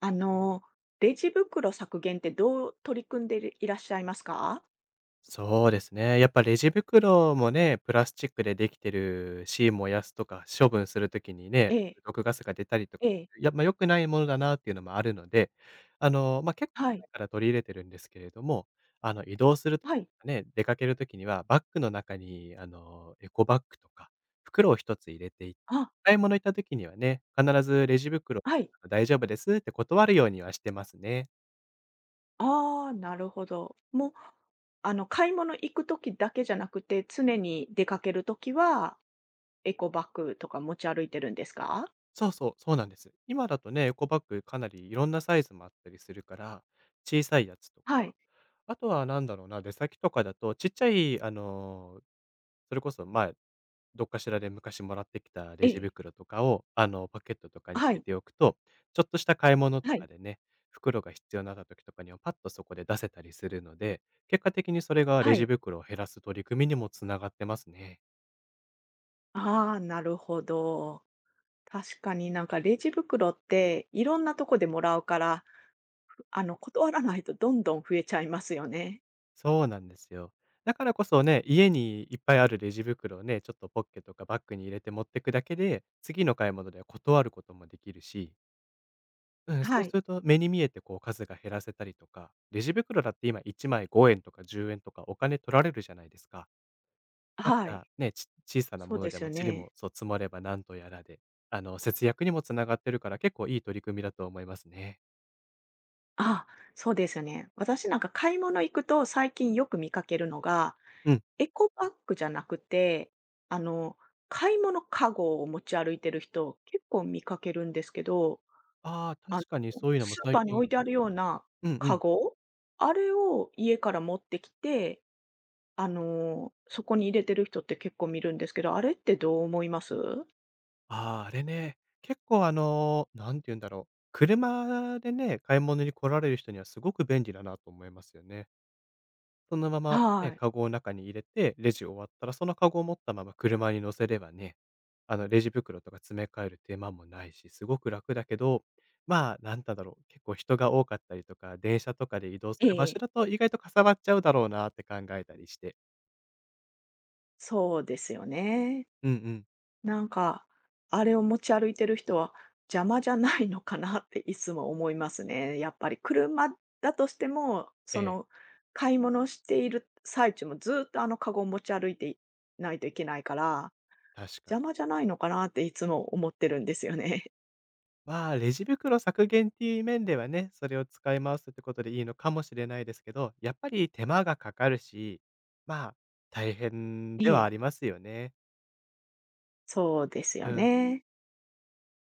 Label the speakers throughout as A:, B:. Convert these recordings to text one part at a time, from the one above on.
A: あの、レジ袋削減ってどう取り組んでいらっしゃいますか？
B: そうですね。やっぱレジ袋もね、プラスチックでできてるし、燃やすとか処分するときにね、
A: ええ、
B: 毒ガスが出たりとか、
A: ええ、
B: 良くないものだなっていうのもあるので、結構
A: はい、
B: 前から取り入れてるんですけれども、移動すると
A: はい、
B: かね、出かけるときにはバッグの中に、エコバッグとか袋を一つ入れてい
A: あ、
B: 買い物行ったときにはね、必ずレジ袋、
A: はい、
B: 大丈夫ですって断るようにはしてますね。
A: ああ、なるほど。もう、あの、買い物行く時だけじゃなくて、常に出かける時は、エコバッグとか持ち歩いてるんですか？
B: そうそう、そうなんです。今だとね、エコバッグかなりいろんなサイズもあったりするから、小さいやつと
A: は
B: か、
A: い、
B: あとはなんだろうな、出先とかだとちっちゃい、それこそ前、どっかしらで昔もらってきた
A: え
B: レジ
A: え、
B: 袋とかを、パケットとかに入
A: は
B: れ
A: い、
B: ておくと、ちょっとした買い物と
A: は
B: か
A: い、
B: でね、袋が必要になった時とかにはパッとそこで出せたりするので、結果的にそれが
A: は
B: レジ
A: い。
B: 袋を減らす取り組みにもつながってますね。
A: ああ、なるほど。確かになんかレジ袋って、いろんなとこでもらうから、断らないとどんどん増えちゃいますよね。
B: そうなんですよ。だからこそね、家にいっぱいあるレジ袋をね、ちょっとポッケとかバッグに入れて持ってくだけで、次の買い物では断ることもできるし、うん、そ
A: は
B: うす
A: い。
B: ると目に見えてこう数が減らせたりとか、レジ袋だって今1枚5円とか10円とかお金取られるじゃないですか。だか
A: はい。
B: らね、小さな
A: そう
B: も
A: で
B: ので
A: すよ
B: もちり
A: ね。
B: もそう積もればなんとやらで、節約にもつながってるから結構いい取り組みだと思いますね。
A: あ、そうですよね。私なんか買い物行くと最近よく見かけるのが、
B: うん。
A: エコバッグじゃなくて、あの、買い物カゴを持ち歩いてる人、結構見かけるんですけど、
B: ああ、
A: あの、
B: 確かにそういうのも
A: スー
B: 最
A: パーに
B: 近。
A: 置いてあるような
B: うんう
A: カ
B: ん。
A: ゴ、あれを家から持ってきて、そこに入れてる人って結構見るんですけど、あれってどう思います？
B: ああ、あれね、結構、なんて言うんだろう、車でね、買い物に来られる人にはすごく便利だなと思いますよね。そのまま
A: は
B: ね、
A: い。
B: カゴを中に入れて、レジ終わったらそのカゴを持ったまま車に乗せればね、あのレジ袋とか詰め替える手間もないし、すごく楽だけど、なんだろう、結構人が多かったりとか、電車とかで移動す
A: え
B: る場所
A: え、
B: だと意外とかさばっちゃうだろうなって考えたりして。
A: そうですよね。
B: うんうん。
A: なんか、あれを持ち歩いてる人は邪魔じゃないのかなっていつも思いますね。やっぱり車だとしても、
B: え
A: そ
B: え、
A: の買い物している最中もずっとあのカゴを持ち歩いていないといけないから、
B: 確か
A: 邪
B: に。
A: 魔じゃないのかなっていつも思ってるんですよね。
B: まあ、レジ袋削減っていう面ではね、それを使い回すってことでいいのかもしれないですけど、やっぱり手間がかかるし、まあ、大変
A: え
B: ではあ
A: え、
B: りますよね。
A: そうです
B: う
A: よ
B: ん、
A: ね。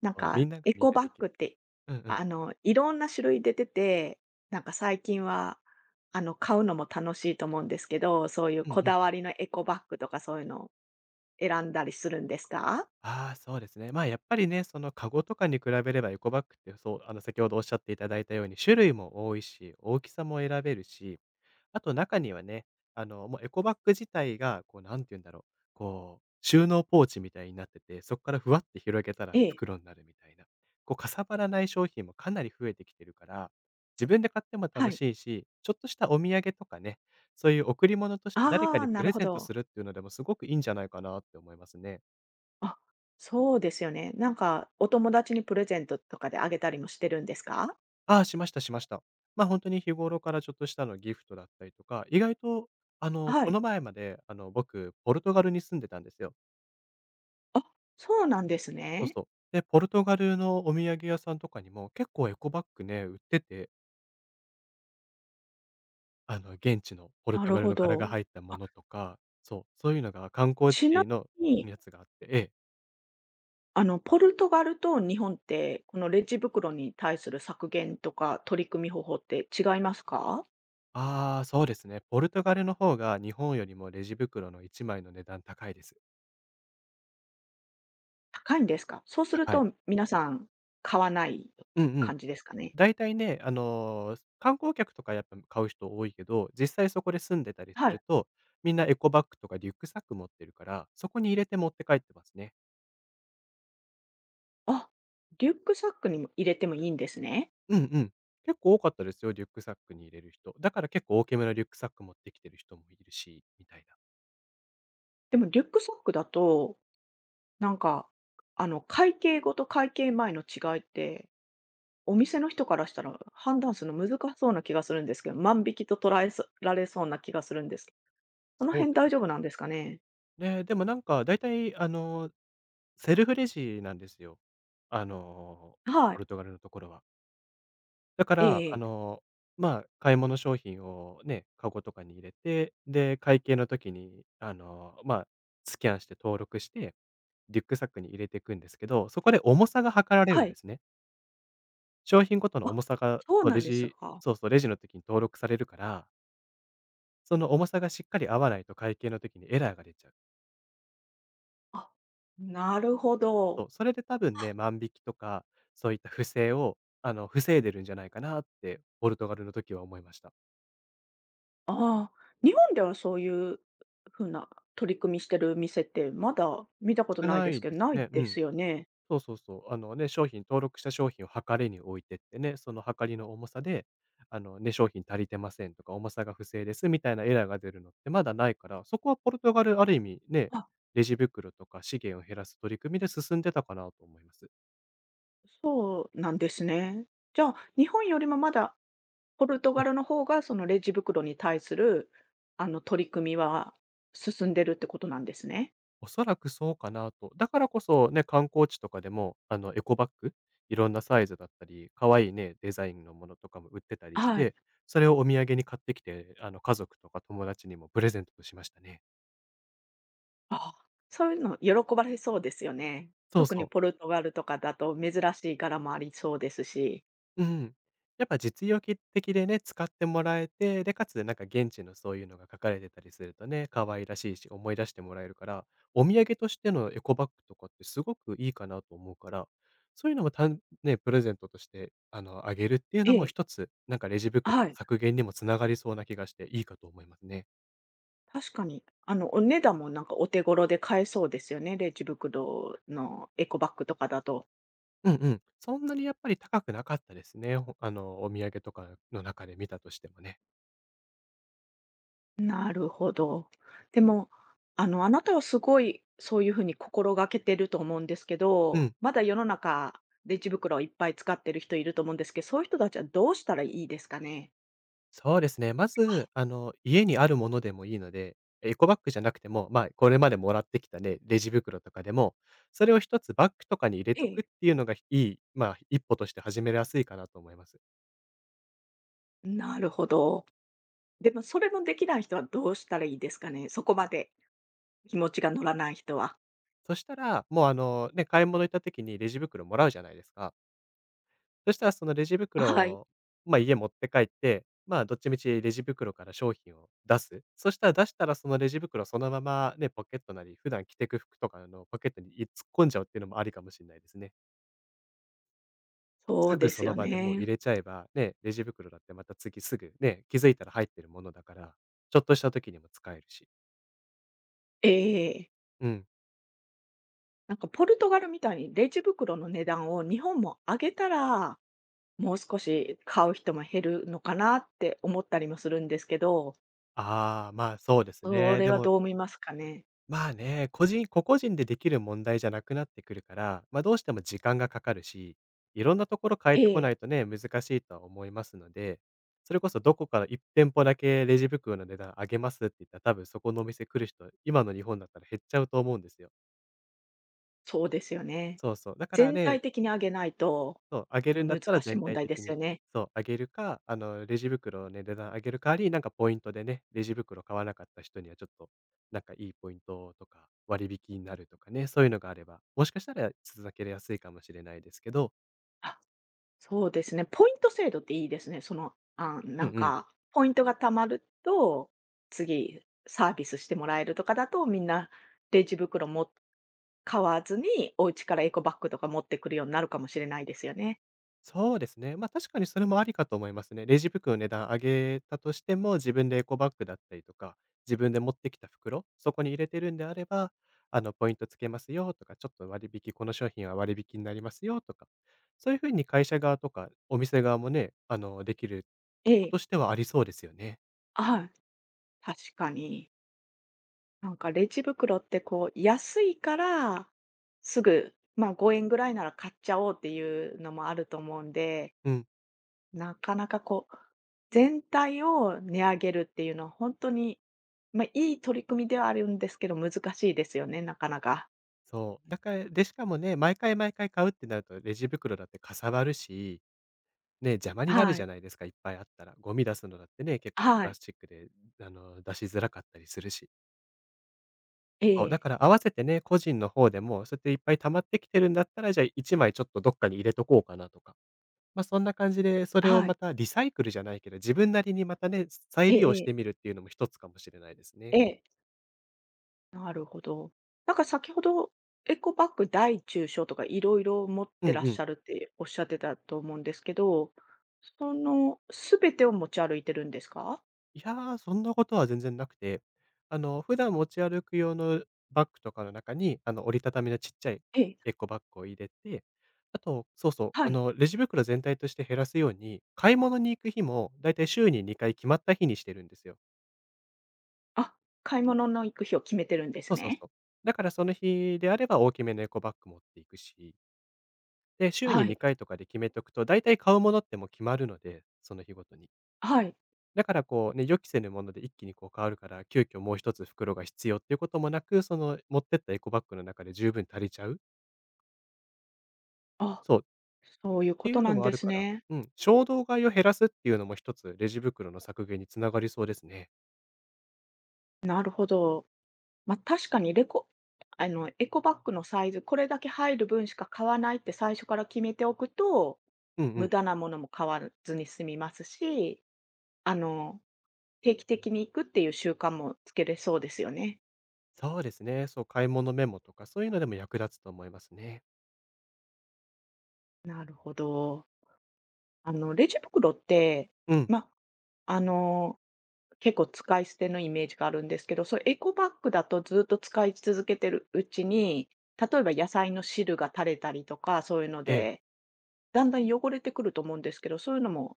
A: なん
B: そう、み
A: か、
B: んなが
A: エ
B: みん
A: コ
B: な
A: バッ
B: でき
A: グ
B: る。
A: って、
B: うんうん。
A: いろんな種類出てて、なんか最近は、買うのも楽しいと思うんですけど、そういう
B: うんう
A: こ
B: ん。
A: だわりのエコバッグとかそういうのを選んだりするんですか？
B: ああ、そうですね。まあ、やっぱりね、そのカゴとかに比べればエコバッグって、先ほどおっしゃっていただいたように、種類も多いし、大きさも選べるし、あと中にはね、もうエコバッグ自体が、なんて言うんだろう、こう、収納ポーチみたいになってて、そこからふわって広げたら
A: ええ、
B: 袋になるみたいな。こう、かさばらない商品もかなり増えてきてるから、自分で買っても
A: は
B: 楽
A: い。
B: しいし、ちょっとしたお土産とかね、そういう贈り物として誰か
A: ああ、
B: に
A: な
B: プ
A: る
B: レ
A: ほ
B: ゼント
A: ど。
B: するっていうのでもすごくいいんじゃないかなって思いますね。
A: あ、そうですよね。なんかお友達にプレゼントとかであげたりもしてるんですか？
B: ああ、しましたしました。本当に日頃からちょっとした、ギフトだったりとか、意外と、あの、
A: は
B: こ
A: い。
B: の前まで、僕、ポルトガルに住んでたんですよ。
A: あ、そうなんです
B: そう
A: ね。
B: そう。で、ポルトガルのお土産屋さんとかにも、結構エコバッグね、売ってて、現地のポル
A: な
B: ト
A: る
B: ガル
A: ほ
B: の柄が
A: ど。
B: 入ったも
A: あ。
B: のとか、そういうのが観光
A: ちな
B: 地の
A: みに、
B: やつがあって、ええ。
A: ポルトガルと日本って、このレジ袋に対する削減とか取り組み方法って違いますか？
B: ああ、そうですね。ポルトガルの方が日本よりもレジ袋の1枚の値段高いです。
A: 高いんですか？そうする
B: 高い。
A: と皆さん買わない
B: うんうん。
A: 感じですかね？
B: 大体ね、観光客とかやっぱ買う人多いけど、実際そこで住んでたりす
A: はい。
B: ると、みんなエコバッグとかリュックサック持ってるから、そこに入れて持って帰ってますね。
A: あ、リュックサックにも入れてもいいんですね。
B: うんうん。結構多かったですよ、リュックサックに入れる人。だから結構大きめのリュックサック持ってきてる人もいるし、みたいな。
A: でもリュックサックだと、なんか、会計後と会計前の違いって、お店の人からしたら判断するの難しそうな気がするんですけど、万引きと捉えそられそうな気がするんですけど。その
B: そう
A: 辺
B: です
A: 大丈夫
B: ね。
A: なんですかね？
B: ね、でもなんか大体あの、セルフレジなんですよ。あの、
A: は
B: ポ
A: い。
B: ルトガルのところは。だか
A: え
B: ら、
A: え
B: あ
A: ええ。
B: の、まあ、買い物商品をね、カゴとかに入れて、で、会計の時に、スキャンして登録して、リュックサックに入れていくんですけど、そこで重さが量られる
A: は
B: んで
A: い。
B: すね。商品ごとの
A: あ、
B: 重さが、
A: そう
B: そう
A: な
B: レ
A: んです
B: ジ
A: か。
B: そうそう、レジの時に登録されるから、その重さがしっかり合わないと会計の時にエラーが出ちゃう。
A: あ、なるほど。
B: そう、それで多分ね、万引きとか、そういった不正を、防いでるんじゃないかなって、ポルトガルの時は思いました。
A: ああ、日本ではそういうふうな取り組みしてる店ってまだ見たこと
B: 少
A: ない
B: な
A: です
B: い
A: け
B: で
A: ど、
B: す
A: ない
B: ね。う
A: で
B: ん。
A: すよね。
B: そうそうそう。あのね、商品登録した商品を測りに置いてってね、その測りの重さで、あのね、商品足りてませんとか、重さが不正ですみたいなエラーが出るのってまだないから、そこはポルトガル、ある意味ね、
A: あ、
B: レジ袋とか資源を減らす取り組みで進んでたかなと思います。
A: そうなんですね。じゃあ、日本よりもまだポルト
B: う
A: ガ
B: ん。
A: ルの方がそのレジ袋に対する、取り組みは進んでるってことなんですね。
B: おそらくそうかなと。だからこそね、観光地とかでも、エコバッグ、いろんなサイズだったり、可愛いね、デザインのものとかも売ってたりし
A: はい。
B: て、それをお土産に買ってきて、家族とか友達にもプレゼントしましたね。
A: あ、そういうの喜ばれそうですよね。
B: そう
A: 特に
B: そ
A: ポ
B: う。
A: ルトガルとかだと珍しい柄もありそうですし。
B: うん。やっぱ実用的でね、使ってもらえて、で、かつなんか現地のそういうのが書かれてたりするとね、可愛らしいし、思い出してもらえるから、お土産としてのエコバッグとかってすごくいいかなと思うから、そういうのもたんね、プレゼントとして、あげるっていう
A: え
B: のも
A: え、
B: 一つ、なんかレジ袋
A: は
B: の
A: い、
B: 削減にもつながりそうな気がしていいかと思いますね。
A: 確かに。あの、お値段もなんかお手頃で買えそうですよね、レジ袋のエコバッグとかだと。
B: うんうん。そんなにやっぱり高くなかったですね。ほあの、お土産とかの中で見たとしてもね。
A: なるほど。でも、あなたはすごいそういう風に心がけてると思うんですけ
B: う
A: ど、
B: ん。
A: まだ世の中、レジ袋をいっぱい使ってる人いると思うんですけど、そういう人たちはどうしたらいいですかね？
B: そうですね。まず、家にあるものでもいいので、エコバッグじゃなくても、まあ、これまでもらってきたね、レジ袋とかでも、それを一つバッグとかに入れ
A: え
B: とくっ
A: え、
B: ていうのがいい、まあ、一歩として始めやすいかなと思います。
A: なるほど。でも、それもできない人はどうしたらいいですかね？そこまで気持ちが乗らない人は。
B: そしたら、もう、あの、ね、買い物行った時にレジ袋もらうじゃないですか。そしたらそのレジ袋
A: はい。
B: を、まあ、家持って帰って、まあ、どっちみちレジ袋から商品を出す。そしたら出したらそのレジ袋そのままね、ポケットなり、普段着てく服とかのポケットに突っ込んじゃうっていうのもありかもしれないですね。
A: そう
B: すぐ
A: で
B: そ
A: すよ
B: の場でもう入
A: ね。
B: れちゃえば、ね、レジ袋だってまた次すぐね、気づいたら入ってるものだから、ちょっとした時にも使えるし。
A: ええ。
B: うん。
A: なんかポルトガルみたいにレジ袋の値段を日本も上げたら、もう少し買う人も減るのかなって思ったりもするんですけど、
B: ああ、まあ、そうです
A: そ
B: ね。
A: れ
B: で
A: は
B: も、
A: どう思いますかね？
B: まあね、個人個々人でできる問題じゃなくなってくるから、ま、どうしても時間がかかるし、いろんなところ変え
A: え
B: てこ
A: え、
B: ないとね、難しいとは思いますので、それこそどこか1店舗だけレジ袋の値段上げますって言ったら、多分そこのお店来る人、今の日本だったら減っちゃうと思うんですよ。
A: そうですよね。
B: そうそう。だから
A: 全
B: ね。
A: 体的に上げないと
B: そう、あげるんだっ
A: 難
B: たら
A: しい
B: 全
A: 問
B: 体
A: 題で
B: 的
A: すよ
B: に。
A: ね。
B: そう、あげるか、レジ袋をね、値段上げる代わりに、なんかポイントでね、レジ袋買わなかった人にはちょっと、なんかいいポイントとか、割引になるとかね、そういうのがあれば、もしかしたら続けやすいかもしれないですけど、
A: あ、そうですね、ポイント制度っていいですね。
B: うんうん。
A: ポイントが貯まると、次サービスしてもらえるとかだと、みんなレジ袋も買わずに、お家からエコバッグとか持ってくるようになるかもしれないですよね。
B: そうですね。ま、確かにそれもありかと思いますね。レジ袋の値段上げたとしても、自分でエコバッグだったりとか、自分で持ってきた袋、そこに入れてるんであれば、ポイントつけますよとか、ちょっと割引この商品は割引になりますよとか、そういう風に会社側とかお店側もね、できる
A: え
B: こと
A: え、
B: としてはありそうですよね。
A: あ、確かに。なんかレジ袋ってこう、安いから、すぐ、まあ、5円ぐらいなら買っちゃおうっていうのもあると思うんで、
B: うん、
A: なかなかこう、全体を値上げるっていうのは本当に、まあ、いい取り組みではあるんですけど、難しいですよね、なかなか。
B: そう。だから、で、しかもね、毎回毎回買うってなるとレジ袋だってかさばるしね、邪魔になる
A: は
B: じゃ
A: い。
B: ないですか、いっぱいあったら。ゴミ出すのだってね、結構
A: は
B: プラ
A: い。
B: スチックで、出しづらかったりするし。
A: え
B: そう、だ
A: え。
B: から合わせてね、個人の方でも、そうやっていっぱい溜まってきてるんだったら、じゃあ1枚ちょっとどっかに入れとこうかなとか。ま、そんな感じで、それを
A: は
B: ま
A: い。
B: たリサイクルじゃないけど、自分なりにまたね、再
A: え
B: 利用
A: ええ
B: し
A: え。
B: てみるっていうのも一つかもしれないですね。
A: ええ。なるほど。なんか先ほど、エコバッグ大中小とかいろいろ持っ
B: う
A: て
B: ん
A: らっ
B: う
A: し
B: ん。
A: ゃるっておっしゃってたと思うんですけど、そのすべてを持ち歩いてるんですか？
B: いやー、そんなことは全然なくて、普段持ち歩く用のバッグとかの中に、折りたたみのちっちゃい
A: ええ、
B: エコバッグを入れて、あと、そうそう、
A: はい。
B: レジ袋全体として減らすように、買い物に行く日もだいたい週に2回決まった日にしてるんですよ。
A: あ、買い物の行く日を決めてるんで
B: そ
A: す
B: うそう
A: ね。
B: そう。だからその日であれば大きめのエコバッグ持っていくし、で、週
A: は
B: に
A: い。
B: 2回とかで決めとくと、だいたい買うものってもう決まるので、その日ごとに。
A: はい。
B: だからこう、ね、予期せぬもので一気にこう変わるから、急遽もう一つ袋が必要っていうこともなく、その持ってったエコバッグの中で十分足りちゃう。
A: あ。
B: そう、っ
A: そういう
B: て
A: こ
B: い
A: と
B: う
A: な
B: の
A: ん
B: もあ
A: で
B: る
A: す
B: から、
A: ね。
B: うん、衝動買いを減らすっていうのも一つレジ袋の削減に繋がりそうですね。
A: なるほど。まあ、確かにエコバッグのサイズ、これだけ入る分しか買わないって最初から決めておくと、
B: うんう
A: 無
B: ん。
A: 駄なものも買わずに済みますし、あの、定期的に行くっていう習慣もつけれそうですよね。
B: そうですね。そう、買い物メモとかそういうのでも役立つと思いますね。
A: なるほど。レジ袋って、
B: うん。
A: まあ、あの結構使い捨てのイメージがあるんですけど、そうエコバッグだとずっと使い続けてるうちに、例えば野菜の汁が垂れたりとか、そういうの
B: ええ。
A: で、だんだん汚れてくると思うんですけど、そういうのも、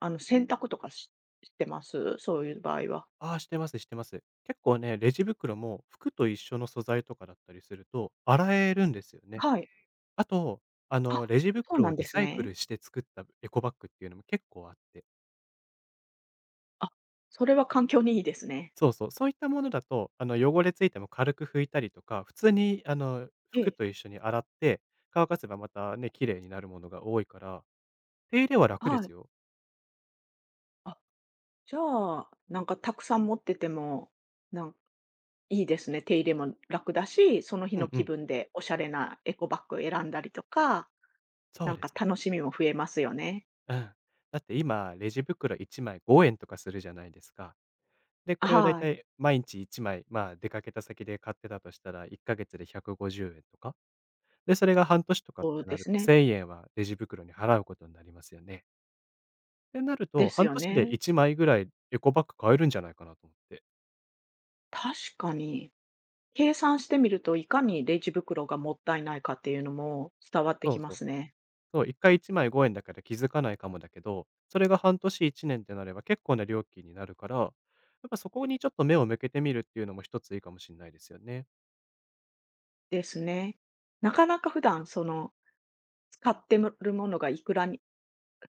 A: 洗濯とかしてますそういう場合は。
B: ああ、してますしてます。結構ね、レジ袋も服と一緒の素材とかだったりすると、洗えるんですよね。
A: はい。
B: あと、
A: あ、
B: レジ
A: そう
B: 袋
A: な
B: を
A: ん
B: リ
A: です
B: サイク
A: ね。
B: ルして作ったエコバッグっていうのも結構あって。
A: あ、それは環境にいいですね。
B: そうそう、そういったものだと、汚れついても軽く拭いたりとか、普通に、
A: え
B: 服
A: え、
B: と一緒に洗って、乾かせばまたね、綺麗になるものが多いから、手入れは楽で
A: は
B: す
A: い。
B: よ。
A: あ、じゃあ、なんかたくさん持ってても、なんいいですね。手入れも楽だし、その日
B: う
A: の
B: んう
A: 気
B: ん。
A: 分でおしゃれなエコバッグ選んだりとか、
B: そ
A: な
B: う
A: ん
B: で
A: か
B: すね。
A: 楽しみも増えますよね。
B: うん。だって今、レジ袋1枚5円とかするじゃないですか。で、これをだい
A: は
B: た
A: い。
B: い毎日1枚、まあ、出かけた先で買ってたとしたら、1ヶ月で150円とか。で、それが半年とかっ
A: そう
B: て
A: で
B: なる
A: す
B: と
A: ね。
B: 1,000円 はレジ袋に払うことになりますよね。ってなる
A: で
B: と、
A: す
B: 半
A: よ
B: 年で
A: ね。
B: 1枚ぐらいエコバッグ買えるんじゃないかなと思って。
A: 確かに。計算してみると、いかにレジ袋がもったいないかっていうのも伝わって
B: そ
A: き
B: う
A: ま
B: そう。
A: すね。
B: そう、1回1枚¥円だから気づかないかもだけど、それが半年1年ってなれば結構な料金になるから、やっぱそこにちょっと目を向けてみるっていうのも一ついいかもしれないですよね。
A: ですね。なかなか普段、その、使ってるものがいくらに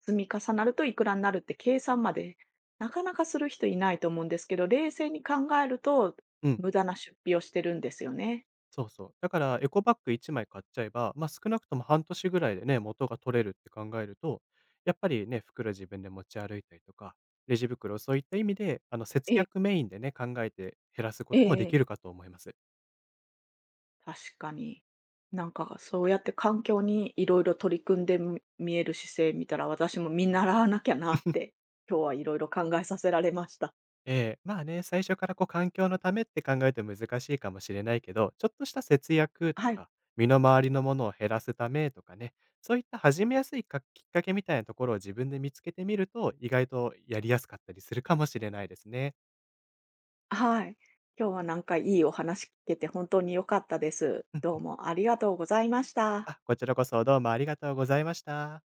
A: 積み重なるといくらになるって計算まで、なかなかする人いないと思うんですけど、冷静に考えると、
B: うん。
A: 無駄な出費をしてるんですよね。
B: そうそう。だから、エコバッグ1枚買っちゃえば、ま、少なくとも半年ぐらいでね、元が取れるって考えると、やっぱりね、袋自分で持ち歩いたりとか、レジ袋、そういった意味で、節
A: ええ
B: 約メインでね、考えて減らすこ
A: え
B: とも
A: え
B: で
A: ええ。
B: きるかと思います。
A: 確かに。なんかそうやって環境にいろいろ取り組んで見える姿勢見たら、私も見習わなきゃなって、今日はいろいろ考えさせられました。
B: ええ、まあね、最初からこう環境のためって考えて難しいかもしれないけど、ちょっとした節約と
A: はい、
B: か、身の回りのものを減らすためとかね、そういった始めやすいかきっかけみたいなところを自分で見つけてみると、意外とやりやすかったりするかもしれないですね。
A: はい。今日はなんかいいお話聞けて本当に良かったです。どうもありがとうございました。
B: あ、こちらこそどうもありがとうございました。